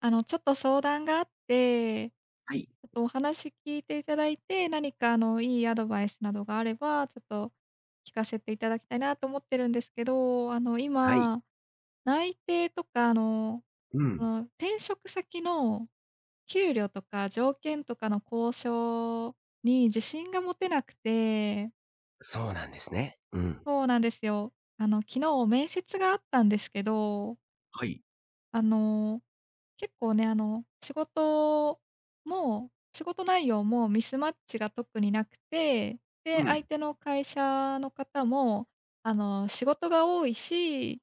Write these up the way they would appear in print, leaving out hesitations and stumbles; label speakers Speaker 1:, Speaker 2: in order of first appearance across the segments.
Speaker 1: ちょっと相談があって、ち
Speaker 2: はい。
Speaker 1: ょっとお話聞いていただいて、何かいいアドバイスなどがあれば、ちょっと聞かせていただきたいなと思ってるんですけど、
Speaker 2: はい。
Speaker 1: 今、内定とか、
Speaker 2: うん。
Speaker 1: 転職先の給料とか条件とかの交渉に自信が持てなくて、
Speaker 2: そうなんですね。うん。
Speaker 1: そうなんですよ。あの、昨日面接があったんですけど、
Speaker 2: はい。
Speaker 1: あの結構ね、あの、仕事も仕事内容もミスマッチが特になくて、で、
Speaker 2: うん。
Speaker 1: 相手の会社の方も、あの、仕事が多いし、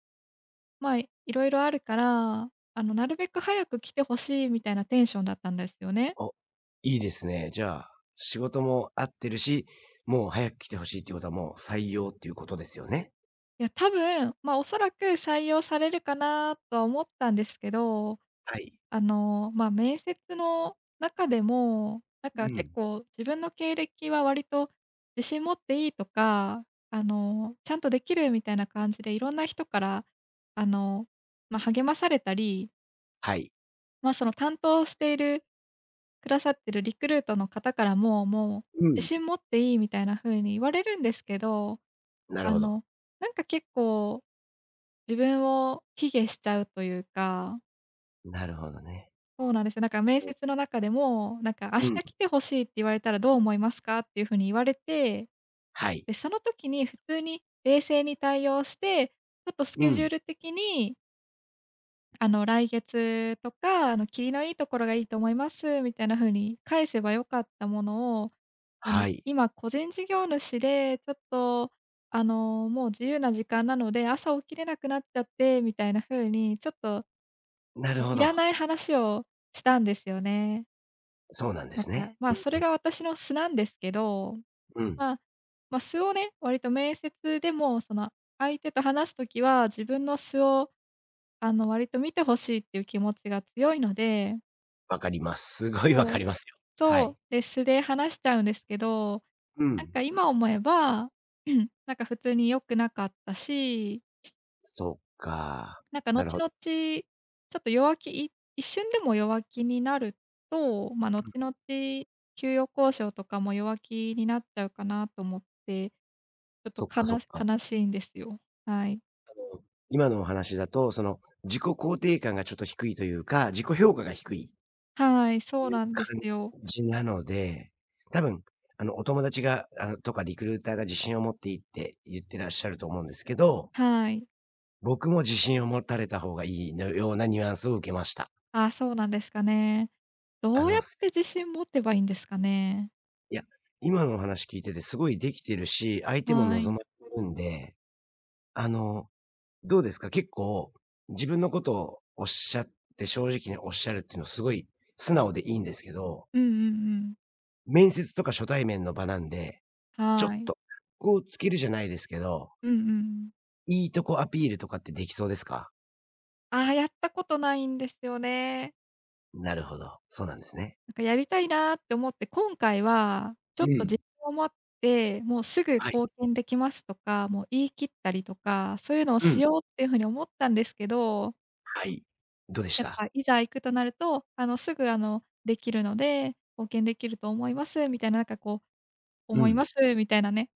Speaker 1: まあ、いろいろあるから、あの、なるべく早く来てほしいみたいなテンションだったんですよね。
Speaker 2: お、いいですね。じゃあ、仕事も合ってるし、もう早く来てほしいっていうことはもう採用っていうことですよね。
Speaker 1: いや、多分、まあ、おそらく採用されるかなとは思ったんですけど
Speaker 2: はい。
Speaker 1: 面接の中でも、なん
Speaker 2: う
Speaker 1: か結
Speaker 2: ん。
Speaker 1: 構自分の経歴は割と自信持っていいとか、あの、ちゃんとできるみたいな感じでいろんな人から、あの、まあ、励まされたり、
Speaker 2: はい。
Speaker 1: その担当しているくださってるリクルートの方からも、もう
Speaker 2: う
Speaker 1: 自
Speaker 2: ん。
Speaker 1: 信持っていいみたいな風に言われるんですけど、
Speaker 2: なる
Speaker 1: あ
Speaker 2: ほど。
Speaker 1: の、なんか結構自分を卑下しちゃうというか
Speaker 2: なるほどね。
Speaker 1: そうなんですよ。なんか面
Speaker 2: うん。
Speaker 1: 接の中でも、なんか「明
Speaker 2: う
Speaker 1: 日
Speaker 2: ん。
Speaker 1: 来てほしいって言われたらどう思いますか？」っていうふうに言われて、
Speaker 2: はい。
Speaker 1: で、その時に普通に冷静に対応して、ちょっとス
Speaker 2: う
Speaker 1: ケジュー
Speaker 2: ん。
Speaker 1: ル的に、あの、来月とか、あの、霧のいいところがいいと思います、みたいな風に返せばよかったものを、あの、
Speaker 2: はい。
Speaker 1: 今個人事業主で、ちょっと、あの、もう自由な時間なので、朝起きれなくなっちゃって、みたいな風に、ちょっと、
Speaker 2: なるほ
Speaker 1: いら
Speaker 2: ど。
Speaker 1: ない話をしたんですよね。
Speaker 2: そうなんで
Speaker 1: なん
Speaker 2: すね。
Speaker 1: か、ま
Speaker 2: う
Speaker 1: あ、
Speaker 2: ん。
Speaker 1: それが私の素なんですけど、
Speaker 2: うん。
Speaker 1: まあ、まあ、素をね、割と面接でも、その、相手と話すときは、自分の素を、あの、割と見てほしいっていう気持ちが強いので、
Speaker 2: わかります。すごいわ
Speaker 1: そ
Speaker 2: か
Speaker 1: う
Speaker 2: りますよ。は
Speaker 1: そ
Speaker 2: い。
Speaker 1: う、で、素で話しちゃうんですけど、
Speaker 2: う
Speaker 1: なん
Speaker 2: ん。
Speaker 1: か今思えば、なんか普通に良くなかったし
Speaker 2: そっか。
Speaker 1: なんか
Speaker 2: なる
Speaker 1: 後
Speaker 2: ほど。
Speaker 1: 々、ちょっと弱気い一瞬でも弱気になると、まあ、後
Speaker 2: うん。
Speaker 1: 々給与交渉とかも弱気になっちゃうかなと思って、ちょっと
Speaker 2: そっ
Speaker 1: か
Speaker 2: かそっ
Speaker 1: な
Speaker 2: か。
Speaker 1: 悲しいんですよ。はい。
Speaker 2: 今のお話だと、その、自己肯定感がちょっと低いというか、自己評価が低い
Speaker 1: はい、そうなんで
Speaker 2: 感
Speaker 1: すよ。
Speaker 2: じなので、多分、お友達が、とかリクルーターが自信を持っていいって言ってらっしゃると思うんですけど、
Speaker 1: はい。
Speaker 2: 僕も自信を持たれた方がいいのようなニュアンスを受けました。
Speaker 1: あ、そうなんですかね。
Speaker 2: あ
Speaker 1: どうやっ
Speaker 2: の、す
Speaker 1: て自信持てばいいんですかね？
Speaker 2: いや、今のお話聞いててすごいできてるし、相手も
Speaker 1: は
Speaker 2: 望
Speaker 1: い。
Speaker 2: まれてるんで、あの、どうですか？結構、自分のことをおっしゃって正直におっしゃるっていうのはすごい素直でいいんですけど、
Speaker 1: うんうんうん。
Speaker 2: 面接とか初対面の場なんで、ちょ
Speaker 1: は
Speaker 2: っ
Speaker 1: い。
Speaker 2: とこうつけるじゃないですけど、
Speaker 1: うんうん。
Speaker 2: いいとこアピールとかってできそうですか？
Speaker 1: ああ、やったことないんですよね。
Speaker 2: なるほど、そうなんですね。
Speaker 1: なんかやりたいなって思って、今回はちょ
Speaker 2: う
Speaker 1: っと自信
Speaker 2: ん。
Speaker 1: を持って、もうすぐ
Speaker 2: はい。
Speaker 1: 貢献できますとか、もう言い切ったりとか、そういうのを
Speaker 2: う
Speaker 1: し
Speaker 2: ん。
Speaker 1: ようっていうふうに思ったんですけど、
Speaker 2: はい。どうでし
Speaker 1: やっ
Speaker 2: た？
Speaker 1: ぱいざ行くとなると、あの、すぐあの、できるので、貢献できると思いますみたいな、なんかこう、
Speaker 2: う
Speaker 1: 思いま
Speaker 2: ん。
Speaker 1: すみたいなね、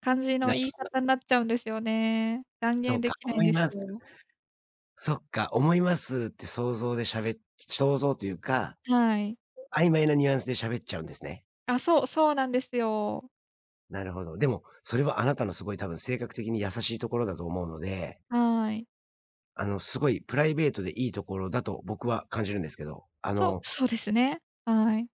Speaker 1: 感じの
Speaker 2: な
Speaker 1: 言い方になっちゃうんですよね。断
Speaker 2: そ
Speaker 1: 言
Speaker 2: う
Speaker 1: で
Speaker 2: か、
Speaker 1: きな
Speaker 2: 思
Speaker 1: いん
Speaker 2: い
Speaker 1: です
Speaker 2: ます。
Speaker 1: よ。
Speaker 2: そっか、思いますって想像でしゃべ想像というか、
Speaker 1: はい。
Speaker 2: 曖昧なニュアンスで喋っちゃうんですね。
Speaker 1: あ、そうなんですよ。
Speaker 2: なるほど。でも、それはあなたのすごい多分性格的に優しいところだと思うので、
Speaker 1: はい。
Speaker 2: すごいプライベートでいいところだと僕は感じるんですけど、
Speaker 1: そうですね。はい。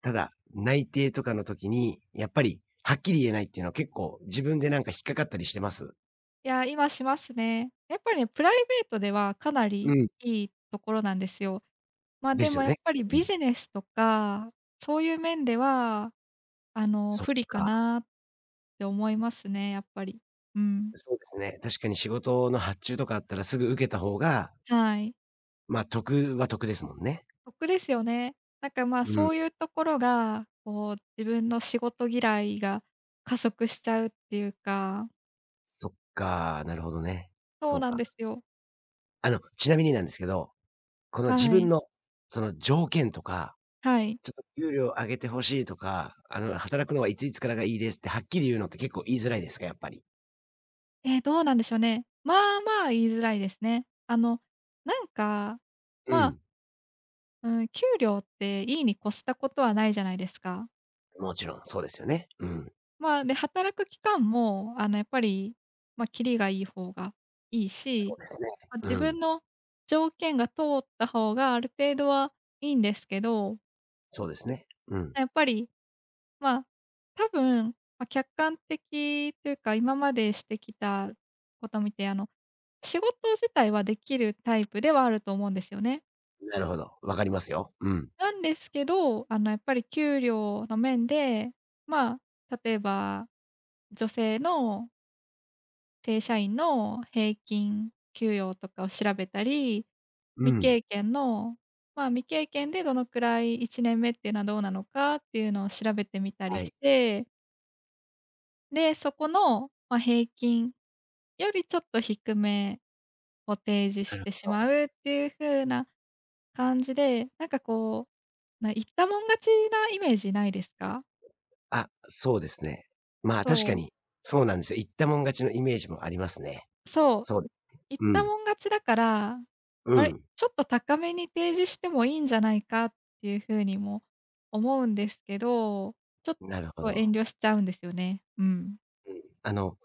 Speaker 2: ただ、内定とかの時に、やっぱり、はっきり言えないっていうのは結構自分でなんか引っかかったりしてます？
Speaker 1: いや、今しますね。やっぱりね、プライベートではかな
Speaker 2: う
Speaker 1: り
Speaker 2: ん。
Speaker 1: いいところなんですよ。まあ、
Speaker 2: で
Speaker 1: で
Speaker 2: す
Speaker 1: も
Speaker 2: よ
Speaker 1: やっ
Speaker 2: ね。
Speaker 1: ぱり
Speaker 2: う
Speaker 1: ビ
Speaker 2: ん。
Speaker 1: ジネスとか、そういう面では、あの、
Speaker 2: そっ
Speaker 1: 不利か
Speaker 2: か。
Speaker 1: なって思いますね、やっぱり。うん。
Speaker 2: そうですね。確かに仕事の発注とかあったらすぐ受けた方が、
Speaker 1: はい。
Speaker 2: まあ、得は得ですもんね。
Speaker 1: 得ですよね。なんか、まあ、
Speaker 2: う
Speaker 1: そう
Speaker 2: ん。
Speaker 1: いうところが、こう、自分の仕事嫌いが加速しちゃうっていうか
Speaker 2: そっか、なるほどね。
Speaker 1: そう
Speaker 2: そう
Speaker 1: なん
Speaker 2: か。
Speaker 1: ですよ。
Speaker 2: あの、ちなみになんですけど、この自
Speaker 1: は
Speaker 2: 分
Speaker 1: い。
Speaker 2: の、その条件とか、
Speaker 1: はい。
Speaker 2: ちょっと給料上げてほしいとか、あの、働くのはいついつからがいいですってはっきり言うのって結構言いづらいですか？やっぱり。
Speaker 1: えー、どうなんでしょうね。まあまあ言いづらいですね。あの、なんか、
Speaker 2: う
Speaker 1: まあ、
Speaker 2: ん。
Speaker 1: うん、給料っていいに越したことはないじゃないですか。
Speaker 2: もちろん、そうですよね。うん。
Speaker 1: まあ、で、働く期間も、あの、やっぱり、ま、あ、キリがいい方がいい
Speaker 2: そ
Speaker 1: し、
Speaker 2: うですね。
Speaker 1: まあ、
Speaker 2: う
Speaker 1: 自分
Speaker 2: ん。
Speaker 1: の条件が通った方がある程度はいいんですけど、
Speaker 2: そうですね。うん。
Speaker 1: やっぱりまあ、多分、まあ、客観的というか、今までしてきたこと見て、あの、仕事自体はできるタイプではあると思うんですよね。
Speaker 2: なるほど。わかりますよ。うん。
Speaker 1: なんですけど、あの、やっぱり給料の面で、まあ、例えば、女性の正社員の平均給与とかを調べたり、
Speaker 2: う
Speaker 1: 未
Speaker 2: ん。
Speaker 1: 経験の、まあ、未経験でどのくらい1年目っていうのはどうなのかっていうのを調べてみたり
Speaker 2: は
Speaker 1: し
Speaker 2: い。
Speaker 1: てで、そこの、まあ、平均よりちょっと低めを提示
Speaker 2: な
Speaker 1: し
Speaker 2: る
Speaker 1: てし
Speaker 2: ほ
Speaker 1: ま
Speaker 2: ど。
Speaker 1: うっていう風な感じで、なんかこう、言ったもん勝ちなイメージないですか？
Speaker 2: あ、そうですね。まあ、確
Speaker 1: そ
Speaker 2: か
Speaker 1: う、
Speaker 2: に、そうなんですよ。言ったもん勝ちのイメージもありますね。
Speaker 1: そ
Speaker 2: そうで
Speaker 1: う、
Speaker 2: す、
Speaker 1: 言っ
Speaker 2: う
Speaker 1: た
Speaker 2: ん。
Speaker 1: もん勝ちだから、
Speaker 2: う
Speaker 1: あれ、
Speaker 2: ん。
Speaker 1: ちょっと高めに提示してもいいんじゃないかっていう風にも思うんですけど、ちょっ
Speaker 2: なるほ
Speaker 1: と遠
Speaker 2: ど。
Speaker 1: 慮しちゃうんですよね。うん。
Speaker 2: あの、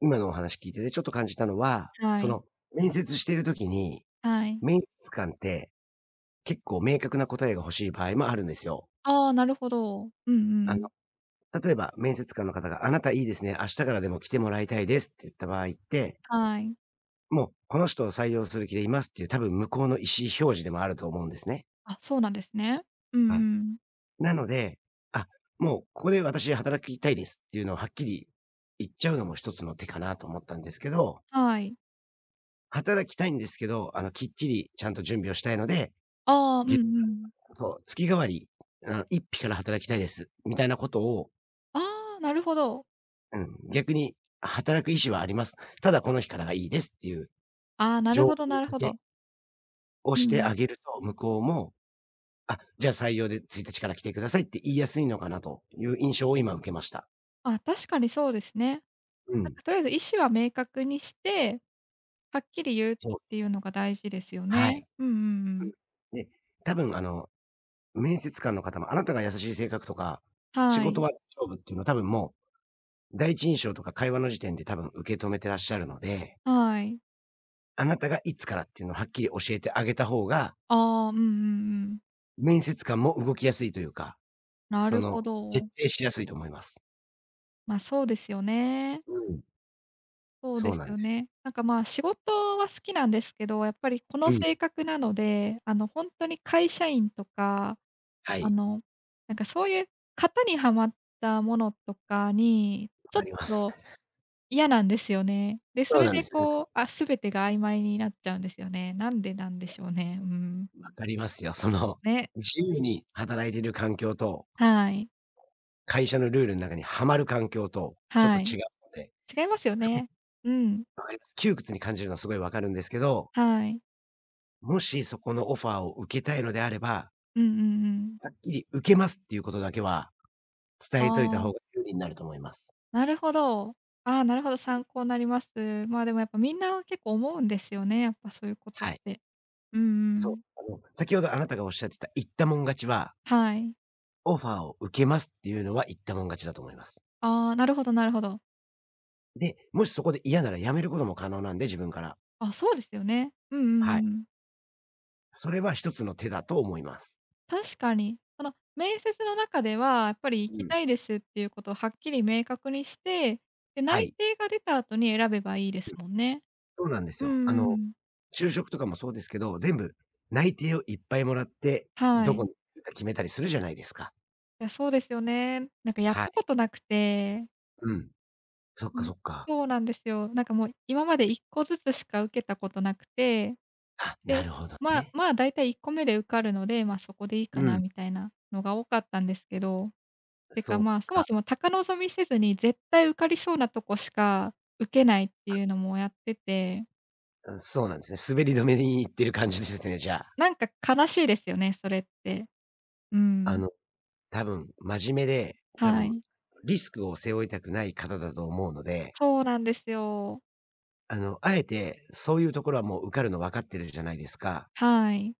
Speaker 2: 今のお話聞いててちょっと感じたのは、
Speaker 1: は
Speaker 2: そ
Speaker 1: い、
Speaker 2: の、面接している時に、
Speaker 1: はい。
Speaker 2: 面接官って結構明確な答えが欲しい場合もあるんですよ。
Speaker 1: ああ、なるほど。うんう
Speaker 2: あ
Speaker 1: ん。
Speaker 2: の、例えば面接官の方が、あなたいいですね、明日からでも来てもらいたいですって言った場合って、
Speaker 1: はい。
Speaker 2: もうこの人を採用する気でいますっていう多分向こうの意思表示でもあると思うんですね。
Speaker 1: あ、そうなんですね。うんう
Speaker 2: はい。
Speaker 1: ん。
Speaker 2: なので、あ、もうここで私働きたいですっていうのをはっきり言っちゃうのも一つの手かなと思ったんですけど、
Speaker 1: はい。
Speaker 2: 働きたいんですけど、あの、きっちりちゃんと準備をしたいので、
Speaker 1: ああ、うん
Speaker 2: 月
Speaker 1: うん。
Speaker 2: そう、月替わり、あの一匹から働きたいです、みたいなことを、
Speaker 1: ああ、なるほど。
Speaker 2: うん、逆に働く意思はあります。ただこの日からがいいですっていう
Speaker 1: ああ、なるほ
Speaker 2: 条
Speaker 1: ど
Speaker 2: 件
Speaker 1: なるほ
Speaker 2: 付
Speaker 1: ど。
Speaker 2: けを
Speaker 1: う
Speaker 2: して
Speaker 1: ん。
Speaker 2: あげると、向こうも、あ、じゃあ採用で1日から来てくださいって言いやすいのかなという印象を今受けました。
Speaker 1: あ、確かにそうですね。
Speaker 2: う
Speaker 1: なん
Speaker 2: ん。
Speaker 1: かとりあえず意思は明確にして、はっきり言うっ
Speaker 2: そ
Speaker 1: て
Speaker 2: う。
Speaker 1: いうのが大事ですよ
Speaker 2: は
Speaker 1: ね。
Speaker 2: い。
Speaker 1: うんうんうん。
Speaker 2: で、多分あの、面接官の方もあなたが優しい性格とか、仕
Speaker 1: は
Speaker 2: 事
Speaker 1: い。
Speaker 2: は勝負っていうのは多分もう、第一印象とか会話の時点で多分受け止めてらっしゃるので、
Speaker 1: はい。
Speaker 2: あなたがいつからっていうのをはっきり教えてあげた方が、
Speaker 1: ああ、うんうんうん。
Speaker 2: 面接官も動きやすいというか、
Speaker 1: な
Speaker 2: そ
Speaker 1: るほ
Speaker 2: の、決
Speaker 1: ど。
Speaker 2: 定しやすいと思います。
Speaker 1: ま、あ、そうですよね。
Speaker 2: うん、
Speaker 1: そう
Speaker 2: そ
Speaker 1: で
Speaker 2: う
Speaker 1: す
Speaker 2: なん
Speaker 1: よ
Speaker 2: です。
Speaker 1: ね。なんか、まあ、仕事は好きなんですけど、やっぱりこ
Speaker 2: う
Speaker 1: の性
Speaker 2: ん。
Speaker 1: 格なので、あの、本当に会社員とか、
Speaker 2: は
Speaker 1: あ
Speaker 2: い、
Speaker 1: の、なんか、そういう型にはまったものとかに、
Speaker 2: わ
Speaker 1: ちょっ
Speaker 2: かります。
Speaker 1: と嫌なんですよね。で、そ
Speaker 2: そう
Speaker 1: れ
Speaker 2: なん
Speaker 1: で
Speaker 2: ですよね。
Speaker 1: こう、あ、全てが曖昧になっちゃうんですよね。なんでなんでしょうね。うん。
Speaker 2: わかりますよ。そ
Speaker 1: そ
Speaker 2: の、
Speaker 1: うね。
Speaker 2: 自由に働いている環境と、
Speaker 1: はい。
Speaker 2: 会社のルールの中にはまる環境と、ちょっと
Speaker 1: は
Speaker 2: 違
Speaker 1: い。
Speaker 2: うので、
Speaker 1: 違いますよね。うん。
Speaker 2: わかります。窮屈に感じるのはすごいわかるんですけど、
Speaker 1: はい。
Speaker 2: もしそこのオファーを受けたいのであれば、
Speaker 1: うんうんうん。
Speaker 2: はっきり受けますっていうことだけは、伝
Speaker 1: あ
Speaker 2: えといた方が
Speaker 1: あ。
Speaker 2: 有利になると思います。
Speaker 1: なるほど。ああ、なるほど、参考になります。まあ、でもやっぱみんな結構思うんですよね、やっぱそういうことっ
Speaker 2: はい。
Speaker 1: て。うんう
Speaker 2: そう、
Speaker 1: ん。
Speaker 2: あの、先ほどあなたがおっしゃってた言ったもん勝ちは、
Speaker 1: はい。
Speaker 2: オファーを受けますっていうのは言ったもん勝ちだと思います。
Speaker 1: ああ、なるほどなるほど。
Speaker 2: で、もしそこで嫌なら辞めることも可能なんで、自分から。
Speaker 1: あ、そうですよね。うんう
Speaker 2: はい。
Speaker 1: んうん。
Speaker 2: それは一つの手だと思います。
Speaker 1: 確かに。その面接の中では、やっぱり行
Speaker 2: う
Speaker 1: き
Speaker 2: ん。
Speaker 1: たいですっていうことをはっきり明確にして、で、
Speaker 2: は
Speaker 1: 内
Speaker 2: い。
Speaker 1: 定が出た後に選べばいいで
Speaker 2: う
Speaker 1: す
Speaker 2: ん、
Speaker 1: もんね。
Speaker 2: そうなんです
Speaker 1: うん
Speaker 2: よ。あ
Speaker 1: うんう
Speaker 2: の、
Speaker 1: ん。
Speaker 2: 就職とかもそうですけど、全部内定をいっぱいもらって、
Speaker 1: は
Speaker 2: どこ
Speaker 1: い。
Speaker 2: に行くか決めたりするじゃないですか。
Speaker 1: いや、そうですよね。なんかやっ
Speaker 2: は
Speaker 1: た
Speaker 2: い。
Speaker 1: ことなくて
Speaker 2: うん。そっ
Speaker 1: う
Speaker 2: かそ
Speaker 1: ん、
Speaker 2: っか。
Speaker 1: そうなんですよ。なんかもう今まで1個ずつしか受けたことなくて、
Speaker 2: あ、な
Speaker 1: で、
Speaker 2: るほど
Speaker 1: まあ
Speaker 2: ね。
Speaker 1: まあ、だいたい1個目で受かるので、ま、そこでいいか
Speaker 2: う
Speaker 1: な
Speaker 2: ん。
Speaker 1: みたいなのが多かったんですけど、てか、
Speaker 2: そっ
Speaker 1: まあ、そも
Speaker 2: か。
Speaker 1: そも高望みせずに絶対受かりそうなとこしか受けないっていうのもやってて、
Speaker 2: うん、そうなんですね。滑り止めに行ってる感じですね、じゃあ。
Speaker 1: なんか悲しいですよね、それって。う
Speaker 2: あ
Speaker 1: ん。
Speaker 2: の多分真面目で、多
Speaker 1: は
Speaker 2: 分
Speaker 1: い。
Speaker 2: リスクを背負いたくない方だと思うので、
Speaker 1: そうなんですよ。
Speaker 2: あの、あえてそういうところはもう受かるの分かってるじゃないですか。
Speaker 1: はい。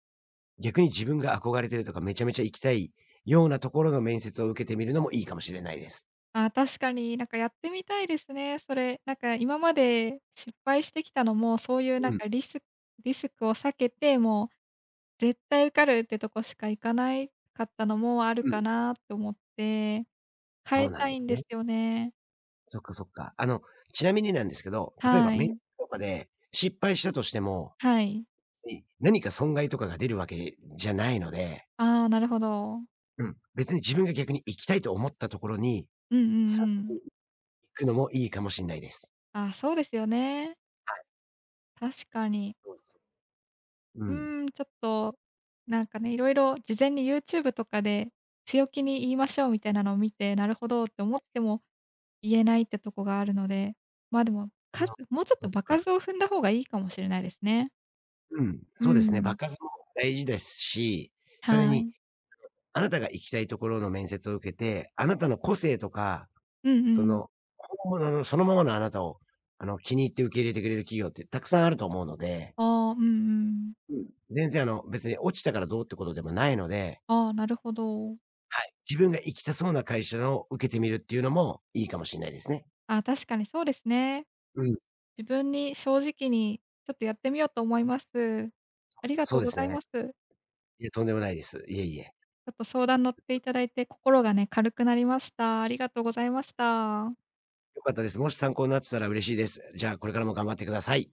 Speaker 2: 逆に自分が憧れてるとか、めちゃめちゃ行きたいようなところの面接を受けてみるのもいいかもしれないです。
Speaker 1: あ、確かに、なんかやってみたいですね、それ。なんか今まで失敗してきたのも、そういうな
Speaker 2: う
Speaker 1: ん
Speaker 2: ん、
Speaker 1: かリスクを避けて、もう絶対受かるってとこしか行かないかったのもある
Speaker 2: うん。
Speaker 1: かなと思って、変
Speaker 2: そ
Speaker 1: え
Speaker 2: うな
Speaker 1: た
Speaker 2: んで
Speaker 1: いん
Speaker 2: す
Speaker 1: で
Speaker 2: ね。
Speaker 1: すよね。
Speaker 2: そっかそっか。あの、ちなみになんですけど、例え
Speaker 1: は
Speaker 2: ば面接
Speaker 1: い。
Speaker 2: とかで失敗したとしても、
Speaker 1: はい。
Speaker 2: に何か損害とかが出るわけじゃないので、
Speaker 1: ああ、なるほど。
Speaker 2: うん、別に自分が逆に行きたいと思ったところに、
Speaker 1: うんうんうん。
Speaker 2: くのもいいかもしんないです。
Speaker 1: あそうですよね。
Speaker 2: はい、
Speaker 1: 確かに。
Speaker 2: そうです。う
Speaker 1: う
Speaker 2: ん。
Speaker 1: ーん、ちょっと、なんかね、いろいろ事前に YouTube とかで強気に言いましょうみたいなのを見て、なるほどって思っても言えないってとこがあるので、まあ、でも、
Speaker 2: あの
Speaker 1: もうちょっ
Speaker 2: そ
Speaker 1: と
Speaker 2: っ
Speaker 1: 場
Speaker 2: か。
Speaker 1: 数を踏んだ方がいいかもしれないですね。
Speaker 2: うん、
Speaker 1: う
Speaker 2: そうですね、場
Speaker 1: ん。
Speaker 2: 数も大事ですし、それ
Speaker 1: は
Speaker 2: に
Speaker 1: い。
Speaker 2: あなたが行きたいところの面接を受けて、あなたの個性とか、
Speaker 1: うん
Speaker 2: そ
Speaker 1: うん。
Speaker 2: の、本物のそのままのあなたを、あの、気に入って受け入れてくれる企業ってたくさんあると思うので、
Speaker 1: ああ、うんうん。
Speaker 2: うん。全然あの、別に落ちたからどうってことでもないので、
Speaker 1: ああ、なるほど。
Speaker 2: はい、自分が行きたそうな会社を受けてみるっていうのもいいかもしんないですね。
Speaker 1: あ、確かにそうですね。
Speaker 2: うん、
Speaker 1: 自分に正直にちょっとやってみようと思います。ありが
Speaker 2: そ
Speaker 1: と
Speaker 2: う
Speaker 1: う
Speaker 2: で
Speaker 1: ご
Speaker 2: す
Speaker 1: ざい
Speaker 2: ね。
Speaker 1: ます。
Speaker 2: いや、とんでもないです。いえいえ。
Speaker 1: ちょっと相談乗っていただいて、心がね、軽くなりました。ありがとうございました。
Speaker 2: 良かったです。もし参考になってたら嬉しいです。じゃあ、これからも頑張ってください。